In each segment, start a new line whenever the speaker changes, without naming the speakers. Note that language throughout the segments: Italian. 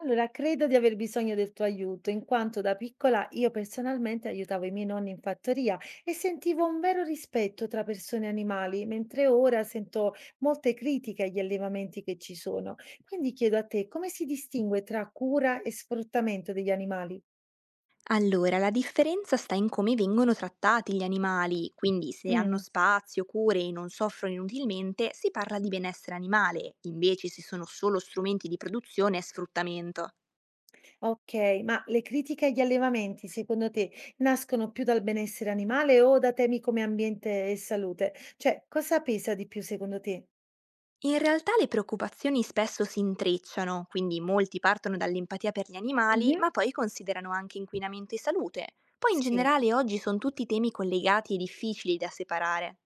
Allora, credo di aver bisogno del tuo aiuto, in quanto da piccola io personalmente aiutavo i miei nonni in fattoria e sentivo un vero rispetto tra persone e animali, mentre ora sento molte critiche agli allevamenti che ci sono. Quindi chiedo a te, come si distingue tra cura e sfruttamento degli animali?
Allora, la differenza sta in come vengono trattati gli animali, quindi se hanno
Mm,
spazio, cure e non soffrono inutilmente, si parla di benessere animale, invece se sono solo strumenti di produzione e sfruttamento.
ok, ma le critiche agli allevamenti, secondo te, nascono più dal benessere animale o da temi come ambiente e salute? Cioè, cosa pesa di più secondo te?
In realtà le preoccupazioni spesso si intrecciano, quindi molti partono dall'empatia per gli animali,
Mhm.
ma poi considerano anche inquinamento e salute. Poi in
Sì.
generale oggi sono tutti temi collegati e difficili da separare.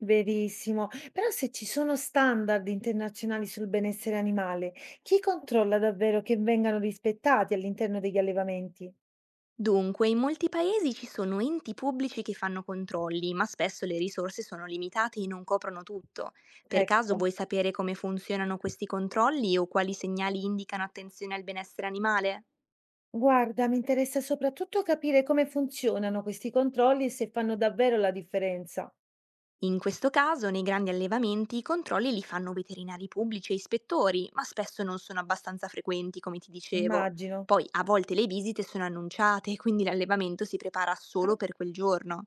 Verissimo, però se ci sono standard internazionali sul benessere animale, chi controlla davvero che vengano rispettati all'interno degli allevamenti?
Dunque, in molti paesi ci sono enti pubblici che fanno controlli, ma spesso le risorse sono limitate e non coprono tutto. Per caso
Ecco,
vuoi sapere come funzionano questi controlli o quali segnali indicano attenzione al benessere animale?
guarda, mi interessa soprattutto capire come funzionano questi controlli e se fanno davvero la differenza.
In questo caso, nei grandi allevamenti, i controlli li fanno veterinari pubblici e ispettori, ma spesso non sono abbastanza frequenti, come ti dicevo.
Immagino.
Poi, a volte le visite sono annunciate, quindi l'allevamento si prepara
Ah,
solo per quel giorno.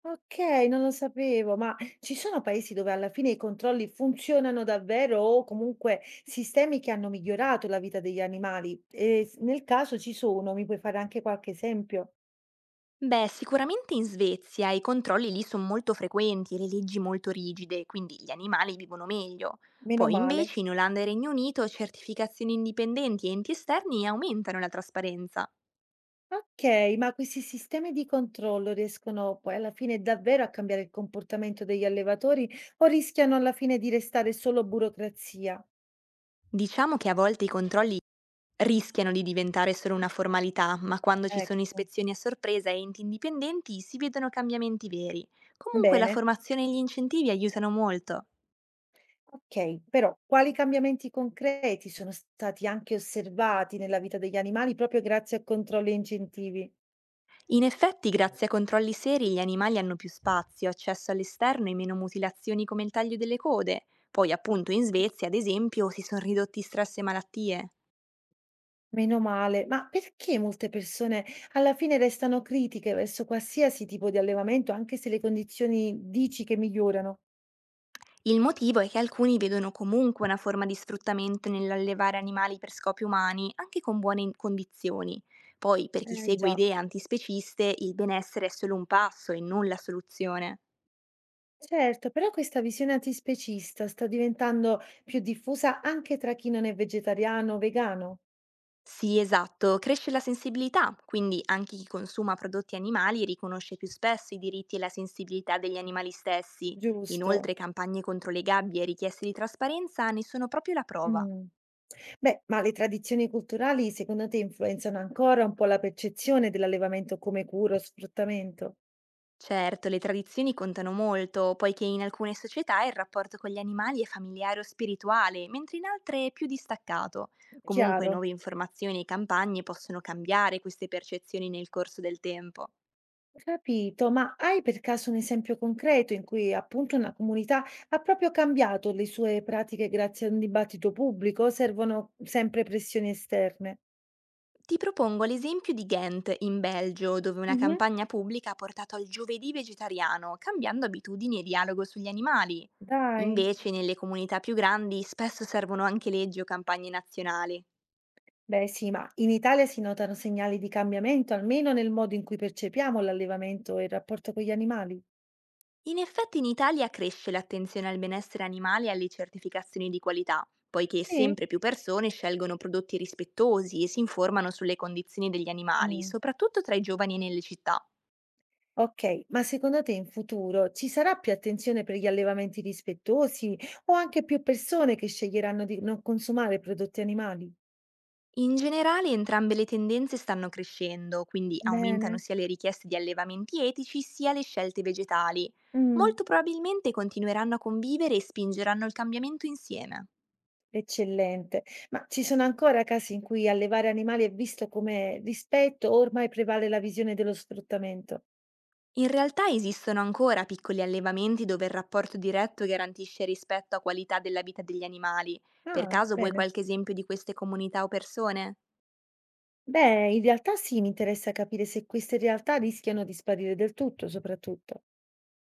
ok, non lo sapevo, ma ci sono paesi dove alla fine i controlli funzionano davvero o comunque sistemi che hanno migliorato la vita degli animali? Nel caso ci sono, mi puoi fare anche qualche esempio?
Beh, sicuramente in Svezia i controlli lì sono molto frequenti e le leggi molto rigide, quindi gli animali vivono meglio.
Meno
Poi
male.
invece in Olanda e Regno Unito certificazioni indipendenti e enti esterni aumentano la trasparenza.
Okay, ma questi sistemi di controllo riescono poi alla fine davvero a cambiare il comportamento degli allevatori o rischiano alla fine di restare solo burocrazia?
Diciamo che a volte i controlli rischiano di diventare solo una formalità, ma quando ci sono
Ecco,
ispezioni a sorpresa e enti indipendenti si vedono cambiamenti veri. Comunque la
bene.
formazione e gli incentivi aiutano molto.
Okay, però quali cambiamenti concreti sono stati anche osservati nella vita degli animali proprio grazie a controlli e incentivi?
In effetti, grazie a controlli seri, gli animali hanno più spazio, accesso all'esterno e meno mutilazioni come il taglio delle code. Poi, appunto, in Svezia, ad esempio, si sono ridotti stress e malattie.
Meno male, ma perché molte persone alla fine restano critiche verso qualsiasi tipo di allevamento, anche se le condizioni dici che migliorano?
Il motivo è che alcuni vedono comunque una forma di sfruttamento nell'allevare animali per scopi umani, anche con buone condizioni. Poi, per chi
Eh
segue
già.
idee antispeciste, il benessere è solo un passo e non la soluzione.
Certo, però questa visione antispecista sta diventando più diffusa anche tra chi non è vegetariano o vegano,
Sì, esatto, cresce la sensibilità, quindi anche chi consuma prodotti animali riconosce più spesso i diritti e la sensibilità degli animali stessi.
giusto?
Inoltre, campagne contro le gabbie e richieste di trasparenza ne sono proprio la prova.
Mm. Beh, ma le tradizioni culturali secondo te influenzano ancora un po' la percezione dell'allevamento come cura o sfruttamento?
Certo, le tradizioni contano molto, poiché in alcune società il rapporto con gli animali è familiare o spirituale, mentre in altre è più distaccato. Comunque
Chiaro,
nuove informazioni e campagne possono cambiare queste percezioni nel corso del tempo.
capito, ma hai per caso un esempio concreto in cui appunto una comunità ha proprio cambiato le sue pratiche grazie a un dibattito pubblico o servono sempre pressioni esterne?
Ti propongo l'esempio di Ghent, in Belgio, dove una
Mhm.
campagna pubblica ha portato al giovedì vegetariano, cambiando abitudini e dialogo sugli animali.
Dai.
Invece, nelle comunità più grandi spesso servono anche leggi o campagne nazionali.
Beh sì, ma in Italia si notano segnali di cambiamento, almeno nel modo in cui percepiamo l'allevamento e il rapporto con gli animali.
In effetti in Italia cresce l'attenzione al benessere animale e alle certificazioni di qualità, poiché
Sì?
sempre più persone scelgono prodotti rispettosi e si informano sulle condizioni degli animali,
Mm.
soprattutto tra i giovani e nelle città.
Ok, ma secondo te in futuro ci sarà più attenzione per gli allevamenti rispettosi o anche più persone che sceglieranno di non consumare prodotti animali?
In generale entrambe le tendenze stanno crescendo, quindi aumentano
Bene.
sia le richieste di allevamenti etici sia le scelte vegetali.
Mm,
Molto probabilmente continueranno a convivere e spingeranno il cambiamento insieme.
eccellente. Ma ci sono ancora casi in cui allevare animali è visto come rispetto o ormai prevale la visione dello sfruttamento?
In realtà esistono ancora piccoli allevamenti dove il rapporto diretto garantisce rispetto a qualità della vita degli animali. Per
Ah,
caso vuoi
bene.
qualche esempio di queste comunità o persone?
Beh, in realtà sì, mi interessa capire se queste realtà rischiano di sparire del tutto, soprattutto.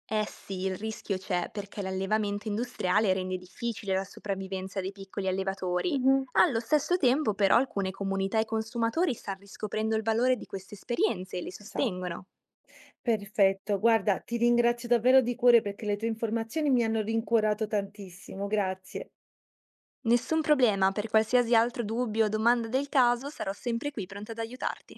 Eh sì, il rischio c'è perché l'allevamento industriale rende difficile la sopravvivenza dei piccoli allevatori.
Mhm.
Allo stesso tempo, però, alcune comunità e consumatori stanno riscoprendo il valore di queste esperienze e le
Esatto.
sostengono.
Perfetto, guarda, ti ringrazio davvero di cuore perché le tue informazioni mi hanno rincuorato tantissimo, grazie.
Nessun problema, per qualsiasi altro dubbio o domanda del caso sarò sempre qui pronta ad aiutarti.